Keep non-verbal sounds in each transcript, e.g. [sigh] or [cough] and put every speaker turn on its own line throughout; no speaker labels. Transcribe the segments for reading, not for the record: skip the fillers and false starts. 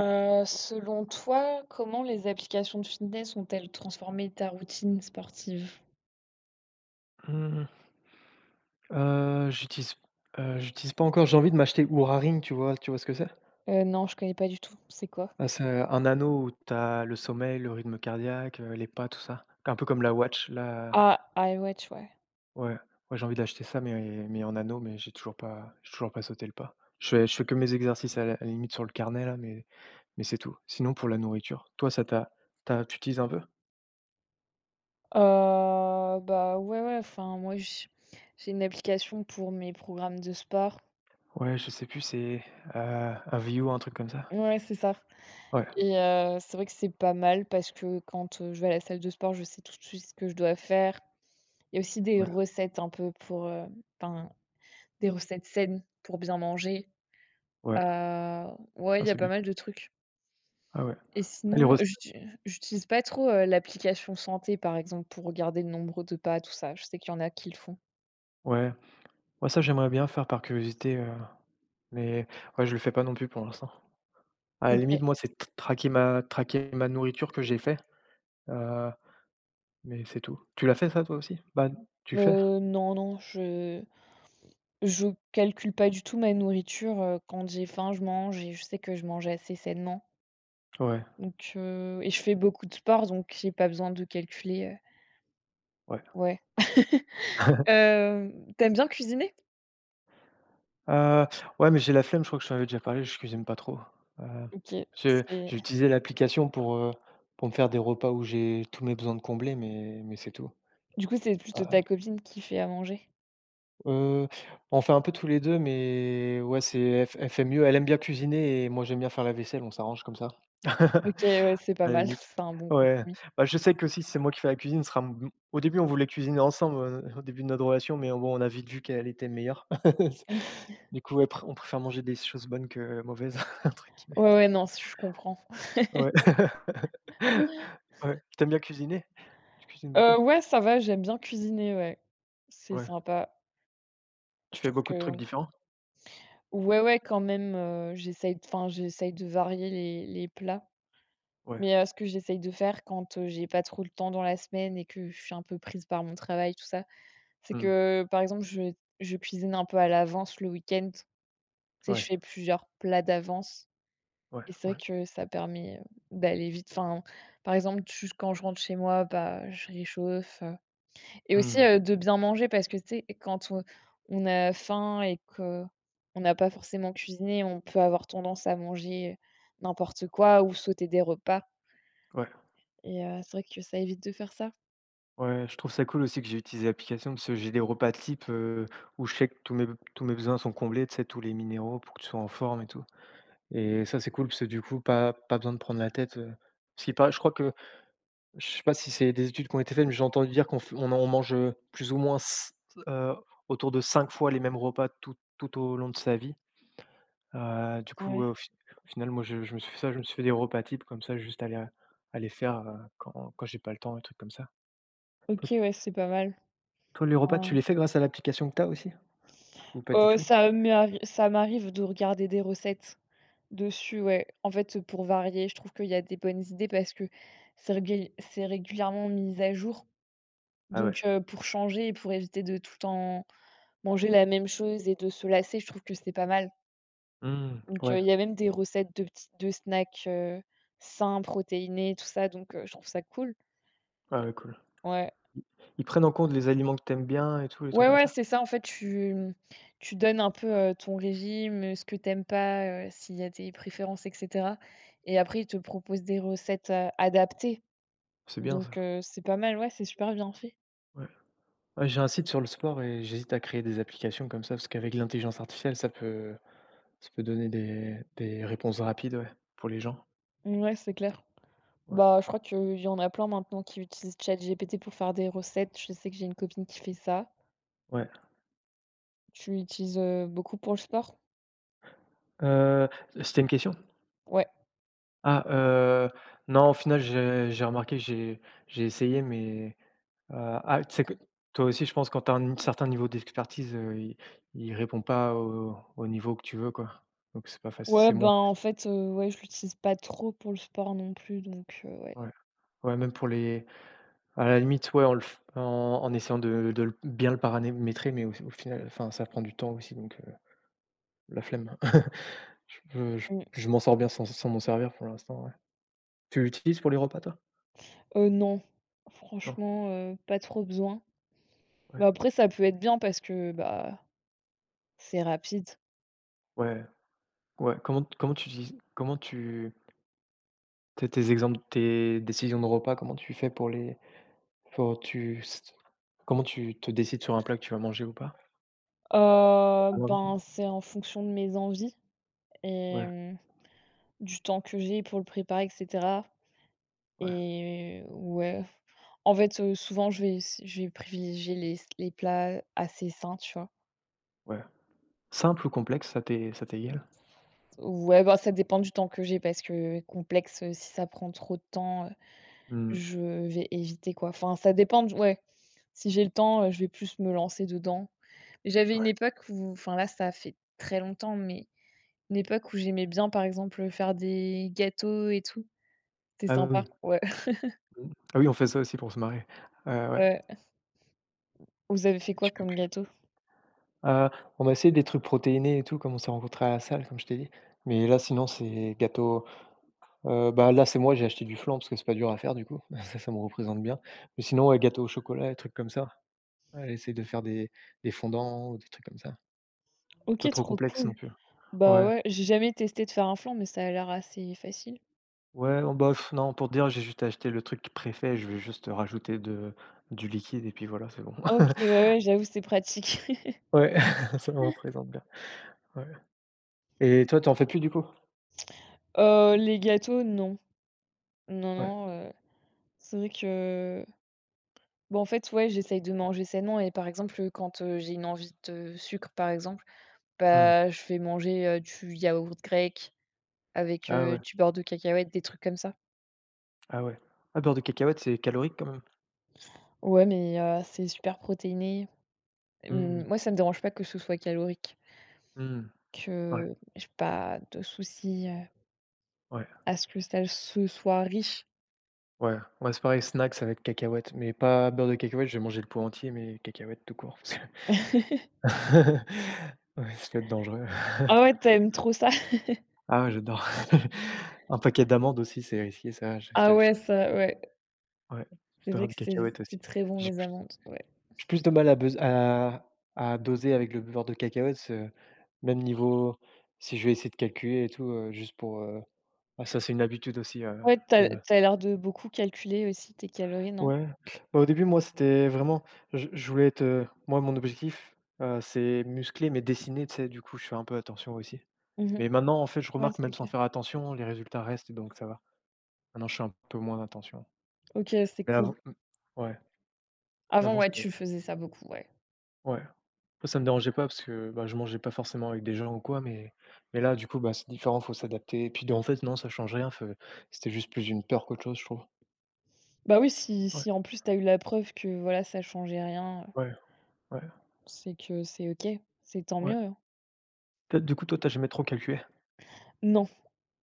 Selon toi, comment les applications de fitness ont-elles transformé ta routine sportive?
Mmh, j'utilise, j'utilise pas encore. J'ai envie de m'acheter Oura Ring, tu vois ce que c'est?
Non, je connais pas du tout. C'est quoi?
Ah, c'est un anneau où tu as le sommeil, le rythme cardiaque, les pas, tout ça. Un peu comme la watch, la
Ah, iWatch, ouais.
ouais, ouais, j'ai envie d'acheter ça, mais en anneau, mais j'ai toujours pas sauté le pas. Je fais que mes exercices à la limite sur le carnet là, mais c'est tout. Sinon pour la nourriture, toi ça t'a tu as tu utilises un peu?
Bah, ouais, ouais, enfin, moi, j'ai une application pour mes programmes de sport.
Ouais, je sais plus, c'est, un Aviu, un truc comme ça?
Ouais, c'est ça.
Ouais,
Et c'est vrai que c'est pas mal parce que quand je vais à la salle de sport, je sais tout de suite ce que je dois faire. Il y a aussi des
ouais,
recettes un peu pour, enfin, des recettes saines pour bien manger.
ouais.
Heu, ouais, il
Ah,
y a
c'est
pas
bien.
mal de trucs.
Ah ouais.
Et
Ah les
sinon,
recettes,
j'utilise pas trop l'application santé, par exemple, pour regarder le nombre de pas, tout ça. Je sais qu'il y en a qui le font.
ouais. Moi ça j'aimerais bien faire par curiosité, mais ouais, je le fais pas non plus pour l'instant. À la
OK.
limite, moi, c'est t traquer ma nourriture que j'ai fait, heu, mais c'est tout. Tu l'as fait ça toi aussi? Tu fais?
Non, non, je calcule pas du tout ma nourriture, quand j'ai faim, je mange et je sais que je mange assez sainement.
Ouais,
Donc et je fais beaucoup de sport, donc j'ai pas besoin de calculer,
ouais.
ouais.
[laughs]
Hem, tu bien cuisiner?
Heu, ouais, mais j'ai la flemme, je crois que je t'en avais déjà parlé, je cuisine pas trop. Heu,
OK,
j'ai
c'est
j'ai utilisé l'application pour me faire des repas où j'ai tous mes besoins de combler, mais c'est tout.
du coup, c'est plutôt
Ah,
ta copine qui fait à manger?
Heu, on fait un peu tous les 2, mais ouais, c'est elle fait mieux. Elle aime bien cuisiner et moi, j'aime bien faire la vaisselle, on s'arrange comme ça.
OK, ouais,
[laughs]
c'est pas
À la
mal, [laughs]
limite.
c'est un bon
Ouais,
compromis.
bah, je sais que si c'est moi qui fais la cuisine, ce sera m au début, on voulait cuisiner ensemble, au début de notre relation, mais bon, on a vite vu qu'elle était meilleure.
[laughs]
[laughs] Du coup, ouais, pr on préfère manger des choses bonnes que mauvaises, [laughs] entre guillemets.
Ouais, ouais, non, je comprends.
Ouais. [laughs] Ouais. Tu aimes bien cuisiner? Tu cuisines beaucoup?
Ouais, ça va, j'aime bien cuisiner, ouais. C'est
Ouais.
sympa. Je
Tu fais
trouve
beaucoup de
que
trucs différents?
ouais, ouais, quand même, j'essaye enfin, j'essaye de varier les plats.
Ouais.
Mais ce que j'essaye de faire quand j'ai pas trop le temps dans la semaine et que je suis un peu prise par mon travail, tout ça, c'est
Mmh.
que, par exemple, je cuisine un peu à l'avance le week-end. Tu sais, je
Ouais,
fais plusieurs plats d'avance
ouais,
et c'est vrai
ouais.
que ça permet d'aller vite. Enfin, par exemple, juste quand je rentre chez moi, bah, je réchauffe. Et aussi,
Mmh.
heu, de bien manger parce que, tu sais, quand on a faim et que on n'a pas forcément cuisiné, on peut avoir tendance à manger n'importe quoi ou sauter des repas
Ouais.
et c'est vrai que ça évite de faire ça.
Ouais, je trouve ça cool aussi que j'ai utilisé l'application parce que j'ai des repas types, où je sais que tous mes besoins sont comblés, tu sais, tous les minéraux pour que tu sois en forme et tout et ça, c'est cool parce que du coup, pas besoin de prendre la tête, parce qu'il paraît, je crois que je sais pas si c'est des études qui ont été faites, mais j'ai entendu dire qu'on f on en on mange, plus ou moins c heu, autour de 5 fois les mêmes repas tout au long de sa vie, du coup,
Ouais.
au final, moi, je me suis fait ça, je me suis fait des repas types comme ça, juste aller faire, quand j'ai pas le temps, des trucs comme ça.
OK, ouais, c'est pas mal.
Toi, les repas, tu
Enfin,
les fais grâce à l'application que tu as aussi? Ou pas du
heu,
tout?
ça m'est ça m'arrive de regarder des recettes dessus, ouais. En fait, pour varier, je trouve qu'il y a des bonnes idées parce que c'est régulièrement mis à jour
Ah
donc
ouais.
pour changer et pour éviter de tout le temps manger la même chose et de se lasser, je trouve que c'est pas mal.
Mmh.
Donc,
Ouais.
il y a même des recettes de petits de snacks, sains, protéinés, tout ça, donc je trouve ça cool.
Ah ouais, cool.
Ouais.
Ils prennent en compte les aliments que t'aimes bien et tout, les
Ouais,
trucs comme
ouais,
ça?
c'est ça, en fait, tu, mmh, tu donnes un peu ton régime, ce que tu aimes pas, s'il y a des préférences et cetera et après, ils te proposent des recettes adaptées
C'est bien
donc
ça.
c'est pas mal, ouais, c'est super bien fait.
Ouais. Ouais, j'ai un site sur le sport et j'hésite à créer des applications comme ça, parce qu'avec l'intelligence artificielle, ça peut donner des réponses rapides, ouais, pour les gens.
Mouais, c'est clair.
Ouais.
Bah, je crois qu'il y en a plein maintenant qui utilisent ChatGPT pour faire des recettes. Je sais que j'ai une copine qui fait ça.
Ouais.
Tu l'utilises beaucoup pour le sport?
Heu, C'était une question?
Ouais.
Ah, non, au final, j'ai remarqué, j'ai essayé, mais Heu, ah, tu sais que toi aussi, je pense, quand tu as un certain niveau d'expertise, il répond pas au niveau que tu veux, quoi. Donc c'est pas facile.
Ouais,
C'est
ben,
moins
en fait, ouais, je l'utilise pas trop pour le sport non plus, donc ouais.
ouais, ouais, même pour les, à la limite, ouais, en essayant de le bien le paramétrer, mais au final, enfin, ça prend du temps aussi, donc la flemme. [laughs] Je je
Mmh.
je m'en sors bien sans m'en servir pour l'instant, ouais. Tu l'utilises pour les repas, toi?
Non,
Non?
franchement, pas trop besoin. Mais
Ouais.
après, ça peut être bien parce que, bah, c'est rapide.
Ouais, ouais. Comment tu utilises, comment tu tes tes exemples, tes décisions de repas, comment tu fais pour les, Faut tu s comment tu te décides sur un plat que tu vas manger ou pas? À l'envie?
Ben, c'est en fonction de mes envies et
Ouais,
hem, du temps que j'ai pour le préparer et cetera
ouais,
et ouais. En fait, souvent, je vais privilégier les plats assez sains, tu vois?
ouais. Simple ou complexe, ça t'est égal?
Ouais, bah, ça dépend du temps que j'ai parce que complexe, si ça prend trop de temps,
Mmh,
je vais éviter, quoi. Enfin, ça dépend d ouais, si j'ai le temps, je vais plus me lancer dedans. J'avais une
ouais.
époque où enfin, là, ça fait très longtemps, mais une époque où j'aimais bien, par exemple, faire des gâteaux et tout. C'était
Ah
sympa.
oui,
Ouais,
mmh. Ah oui, on fait ça aussi pour se marrer.
[laughs]
Ouais.
ouais. Vous avez fait
Et
quoi
tu peux
comme
plus.
gâteau?
Heu, on va essayer des trucs protéinés et tout, comme on s'est rencontrés à la salle, comme je t'ai dit. Mais là, sinon, c'est gâteau, bah, là, c'est moi, j'ai acheté du flan parce que c'est pas dur à faire du coup. [laughs] Ça me représente bien. Mais sinon, ouais, gâteau au chocolat, des trucs comme ça. Elle essaie de faire des fondants ou des trucs comme ça.
OK,
Pas trop
trop
complexe
cool.
non plus.
Bah,
Ouais.
ouais, j'ai jamais testé de faire un flan, mais ça a l'air assez facile.
Ouais, oh bah, pff, non, pour te dire, j'ai juste acheté le truc préfet, je vais juste rajouter de du liquide et puis voilà, c'est bon.
OK, ouais,
[laughs]
ouais, j'avoue, c'est pratique.
Ouais, [laughs] ça me
[laughs]
représente bien, ouais. Et toi, tu en fais plus du coup?
Les gâteaux, non. Non,
Ouais.
non, c'est vrai que bah, en fait, ouais, j'essaye de manger sainement et par exemple, quand j'ai une envie de sucre, par exemple,
Mmh.
bah, je vais manger du yaourt grec avec,
Ah
heu,
ouais,
du beurre de cacahuète, des trucs comme ça.
ah ouais. Ah, beurre de cacahuète, c'est calorique quand même?
Ouais, mais c'est super protéiné. Mmh,
Mmh,
moi, ça me dérange pas que ce soit calorique,
mmh. Ouais,
que j'ai pas de souci,
ouais,
à ce que ça ce soit riche.
ouais. Ouais, c'est pareil, snacks, ça va être cacahuètes, mais pas beurre de cacahuète, je vais manger le pot entier, mais cacahuètes tout court parce que
[laughs]
[laughs] ouais, ça peut être dangereux.
Ah ouais,
[laughs]
tu aimes trop ça?
Ah ouais, j'adore. [laughs] Un paquet d'amandes aussi, c'est risqué ça, je te
Ah
le,
ouais, ça, ouais.
ouais,
C'est vrai
beurre de
que
cacahuète aussi.
c'est très bon
J'ai
les
plus
amandes, ouais.
j'ai plus de mal à buzz à doser avec le beurre de cacahuète, ce même niveau, si je vais essayer de calculer et tout, juste pour, Ah ça, c'est une habitude aussi,
Ouais,
de
tu as l'air de beaucoup calculer aussi tes calories, non?
Ouais, bah, au début, moi, c'était vraiment, je voulais être, moi, mon objectif, c'est muscler, mais dessiner. Tu sais? Du coup, je fais un peu attention aussi.
Mmh.
Mais maintenant, en fait, je
Ouais,
remarque
c'est
même sans
clair.
faire attention, les résultats restent, donc ça va. Maintenant, je fais un peu moins attention.
OK, c'est
Mais
cool.
avant, mmh, ouais, mais
Avant,
avant,
ouais,
c'était
tu faisais ça beaucoup, ouais.
ouais. Moi, ça me dérangeait pas parce que, bah, je mangeais pas forcément avec des gens ou quoi, mais là, du coup, bah, c'est différent, faut s'adapter et puis en fait, non, ça change rien, fe c'était juste plus une peur qu'autre chose, je trouve.
Bah oui, si
Ouais,
si en plus t'as eu la preuve que voilà, ça changeait rien,
ouais, ouais,
c'est que c'est OK, c'est tant
ouais.
mieux, hein.
Peut du coup, toi, t'as jamais trop calculé?
Non,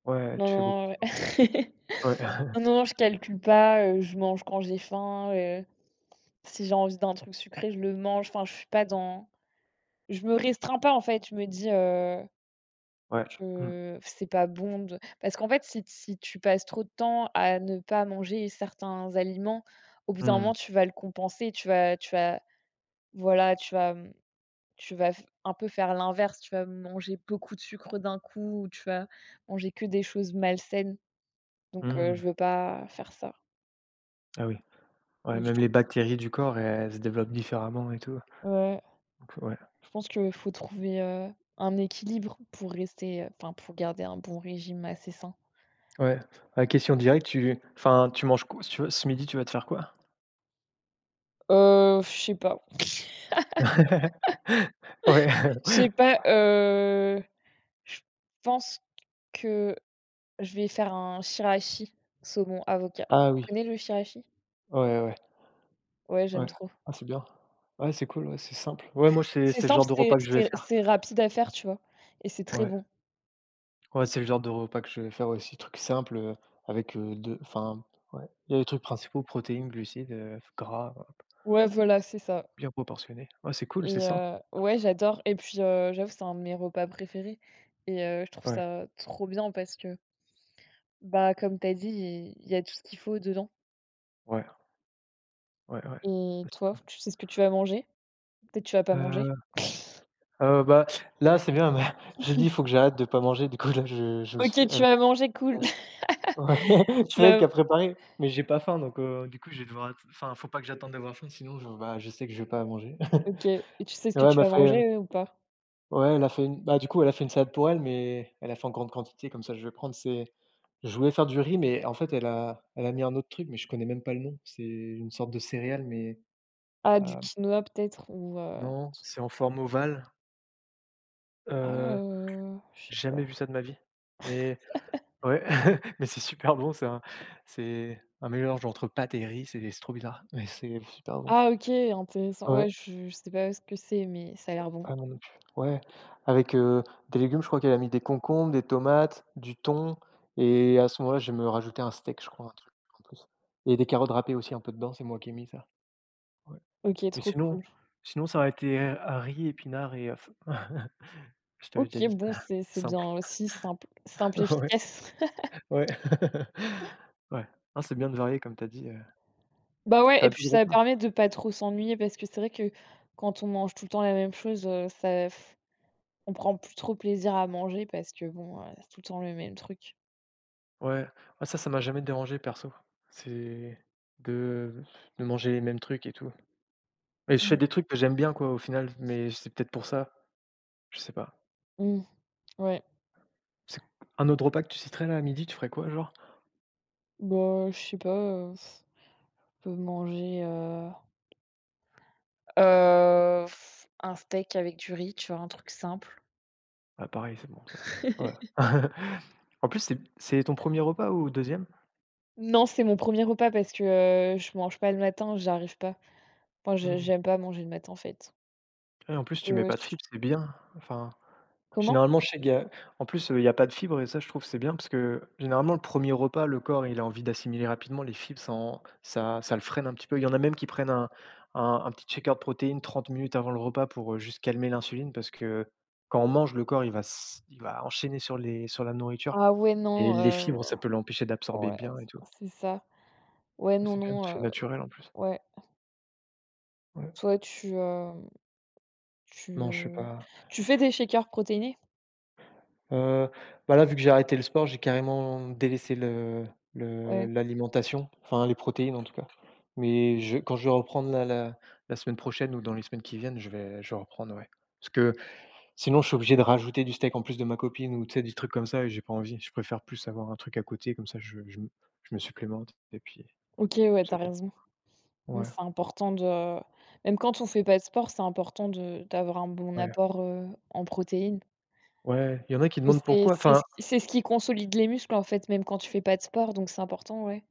Ouais,
non,
tu fais beaucoup de
non, ouais.
sport.
[laughs]
Ouais, [laughs]
Non, non, non, je calcule pas, je mange quand j'ai faim, si j'ai envie d'un truc sucré, je le mange, enfin je suis pas dans je me restreins pas en fait, je me dis,
ouais. Mmh.
que c'est pas bon de parce qu'en fait, si si tu passes trop de temps à ne pas manger certains aliments, au bout d'un
Mmh.
moment, tu vas le compenser. Tu vas voilà, tu vas, mmh, tu vas f un peu faire l'inverse. Tu vas manger beaucoup de sucre d'un coup ou tu vas manger que des choses malsaines. Donc je
Mmh.
veux pas faire ça.
Ah oui. Ouais,
Que je
même
trou
les bactéries du corps, elles se développent différemment et tout.
Ouais,
Donc ouais.
je pense qu'il faut trouver un équilibre pour rester, enfin, pour garder un bon régime assez sain.
Ouais. Bah, question directe, tu enfin, tu manges quoi, tu vois, ce midi, tu vas te faire quoi?
Je sais pas.
[laughs] Ouais.
Je sais
[laughs]
pas, heu Je pense que je vais faire un shirashi saumon avocat.
Ah
Tu
oui.
connais le shirashi?
Ouais, ouais.
Ouais, j'aime
Ouais.
trop.
Ah, c'est bien. Ouais, c'est cool, ouais, c'est simple. Ouais, moi,
C'est
c'est le
simple,
genre de repas que je vais faire.
c'est rapide à faire, tu vois? Et c'est très
Ouais.
bon.
Ouais, c'est le genre de repas que je vais faire aussi, truc simple, avec, 2 enfin, ouais, il y a les trucs principaux, protéines, glucides, gras,
Ouais, voilà, c'est ça
bien proportionnés. Ouais, c'est cool, c'est
et
sain.
ouais, j'adore et puis, j'avoue, c'est un de mes repas préférés et je trouve
Ouais,
ça trop bien parce que, bah, comme tu as dit, il y a tout ce qu'il faut dedans
ouais, ouais.
et toi, tu sais ce que tu vas manger? Peut-être tu vas pas manger?
Heu,
[laughs]
bah, là, c'est bien, mais [laughs] j'ai dit: «Il faut que j'arrête de pas manger». Du coup, là, je me suis
OK,
fait
tu vas manger, cool. [laughs]
ouais, [laughs]
Tu
c'est elle qui
vas
a préparé, mais j'ai pas faim donc du coup, je vais devoir att enfin, faut pas que j'attende d'avoir faim sinon je bah, je sais que je vais pas manger.
OK et tu
[laughs]
sais ce
Ouais,
que
elle
tu
m'a
vas
fait,
manger, ou pas?
ouais, elle a fait une bah, du coup, elle a fait une salade pour elle, mais elle a fait en grande quantité, comme ça je vais prendre. C'est, je voulais faire du riz, mais en fait, elle a mis un autre truc, mais je connais même pas le nom. C'est une sorte de céréale, mais
Ah du
ah,
quinoa peut-être ou
non, c'est en forme ovale. Heu,
je sais pas.
Jamais vu ça de ma vie. Mais ouais, [laughs] mais c'est super bon, c'est un mélange entre pâte et riz, c'est trop bizarre, mais c'est super bon.
Ah OK, intéressant.
Ouais.
Ouais, je sais pas ce que c'est, mais ça a l'air bon.
Ah non, non plus. Ouais, avec, des légumes, je crois qu'elle a mis des concombres, des tomates, du thon et à ce moment-là, je vais me rajoutais un steak, je crois, un truc en plus et des carottes râpées aussi un peu dedans, c'est moi qui ai mis ça. Ouais,
OK,
mais
trop
sinon,
cool.
ça aurait été, riz, épinards et œufs. [laughs] Je t'avais déjà
OK,
dit
bon,
ça. [laughs]
c'est bien
Simple.
aussi, simple,
[laughs] Ouais,
efficace. [laughs]
ouais. [laughs] Ouais. Hein, c'est bien de varier comme t'as dit,
Bah ouais
tu
et
as
puis ça
repas.
permet de pas trop s'ennuyer parce que c'est vrai que quand on mange tout le temps la même chose, ça f on prend plus trop plaisir à manger parce que bon, c'est tout le temps le même truc.
Ouais, ouais, ça m'a jamais dérangé perso. C'est de de manger les mêmes trucs et tout. Et je fais
Mmh.
des trucs que j'aime bien quoi, au final, mais c'est peut-être pour ça, je sais pas.
Mmh. Ouais.
C'est un autre repas que tu citerais là, à midi, tu ferais quoi genre?
Bah, je sais pas, on peut manger, Heu, un steak avec du riz, tu vois? Un truc simple.
Ah pareil, c'est bon ça. Ouais.
[laughs]
[laughs] En plus, c'est ton premier repas ou deuxième,
Non, c'est mon premier repas parce que, je mange pas le matin, j'arrive pas. Moi, je
e
j'aime pas manger le matin, en fait.
et en plus, tu mets pas de
Ch
fibres, c'est bien. Enfin,
Comment?
généralement, je sais qu'il y a en plus, il y a pas de fibres et ça, je trouve, que c'est bien parce que généralement, le premier repas, le corps, il a envie d'assimiler rapidement les fibres, ça en ça ça le freine un petit peu. Il y en a même qui prennent un petit shaker de protéines 30 minutes avant le repas pour, juste calmer l'insuline parce que quand on mange, le corps, il va enchaîner sur les, sur la nourriture
Ah ouais,
et
non,
les
heu,
fibres, ça peut l'empêcher d'absorber
ouais,
bien et tout.
c'est ça. Ouais, non,
C'est bien,
non,
c'est
heu,
naturel en plus.
ouais.
Ouais.
Toi, tu, hem,
Non, je sais
tu
pas.
tu fais des shakers protéinés?
Heu, Bah, là, vu que j'ai arrêté le sport, j'ai carrément délaissé le
Ouais.
l'alimentation, enfin les protéines en tout cas. Mais je quand je vais reprendre là la semaine prochaine ou dans les semaines qui viennent, je vais reprendre, ouais. Parce que sinon je suis obligé de rajouter du steak en plus de ma copine ou tu sais des trucs comme ça et j'ai pas envie. Je préfère plus avoir un truc à côté comme ça je me supplémente et puis
OK, ouais, tu
c'est
as
bon.
raison. Mmh,
Ouais,
c'est important de même quand on fait pas de sport, c'est important de d'avoir un bon
ouais,
apport en protéines.
ouais, il y en a qui
Que
demandent pourquoi enfin.
c'est ce qui consolide les muscles, en fait, même quand tu fais pas de sport, donc c'est important, ouais.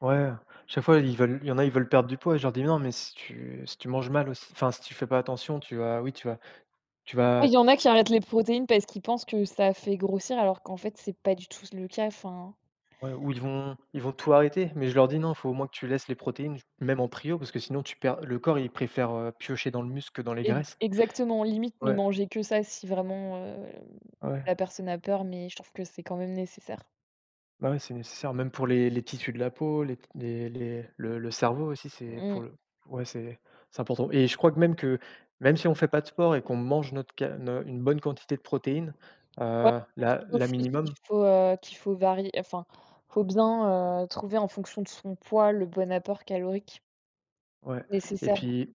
Ouais, chaque fois ils veulent il y en a, ils veulent perdre du poids et je leur dis: «Non, mais si tu manges mal aussi, enfin si tu fais pas attention, tu vas oui tu
Ouais,
vas»
il y en a qui arrêtent les protéines parce qu'ils pensent que ça fait grossir, alors qu'en fait, c'est pas du tout le cas, enfin
ouais, ou ils vont tout arrêter, mais je leur dis: «Non, il faut au moins que tu laisses les protéines, même en prio, parce que sinon tu perds, le corps il préfère, piocher dans le muscle que dans les
ex
graisses».
exactement, limite ne
Ouais,
manger que ça si vraiment,
ouais,
la personne a peur, mais je trouve que c'est quand même nécessaire.
bah, ouais, c'est nécessaire, même pour les tissus de la peau, les le cerveau aussi, c'est pour
Mmh.
le ouais, c'est important et je crois que même si on fait pas de sport et qu'on mange notre ca no une bonne quantité de protéines,
Ouais, je crois qu'il faut
la
qu'il
minimum.
faut, heu, qu'il faut varier, enfin, faut bien trouver en fonction de son poids le bon apport calorique
Ouais et
nécessaire.
puis,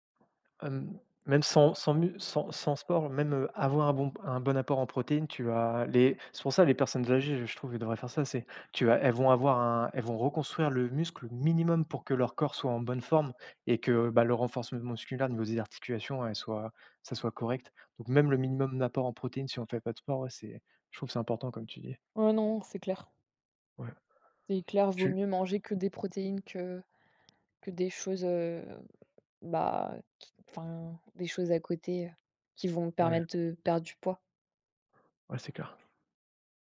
hem, même sans sans mu sans sans sport, même, avoir un bon apport en protéines, tu vas les, c'est pour ça les personnes âgées, je trouve, elles devraient faire ça, c'est tu vas elles vont avoir un elles vont reconstruire le muscle minimum pour que leur corps soit en bonne forme et que, bah, le renforcement musculaire au niveau des articulations, elles soient, ça soit correct. Donc même le minimum d'apport en protéines si on fait pas de sport, ouais, c'est, je trouve que c'est important comme tu dis.
Ouais, non, c'est clair.
Ouais.
C'est clair, vaut
Tu
mieux manger que des protéines que des choses, bah, qui enfin, des choses à côté, qui vont me
ouais,
permettre de perdre du poids.
ouais, c'est clair.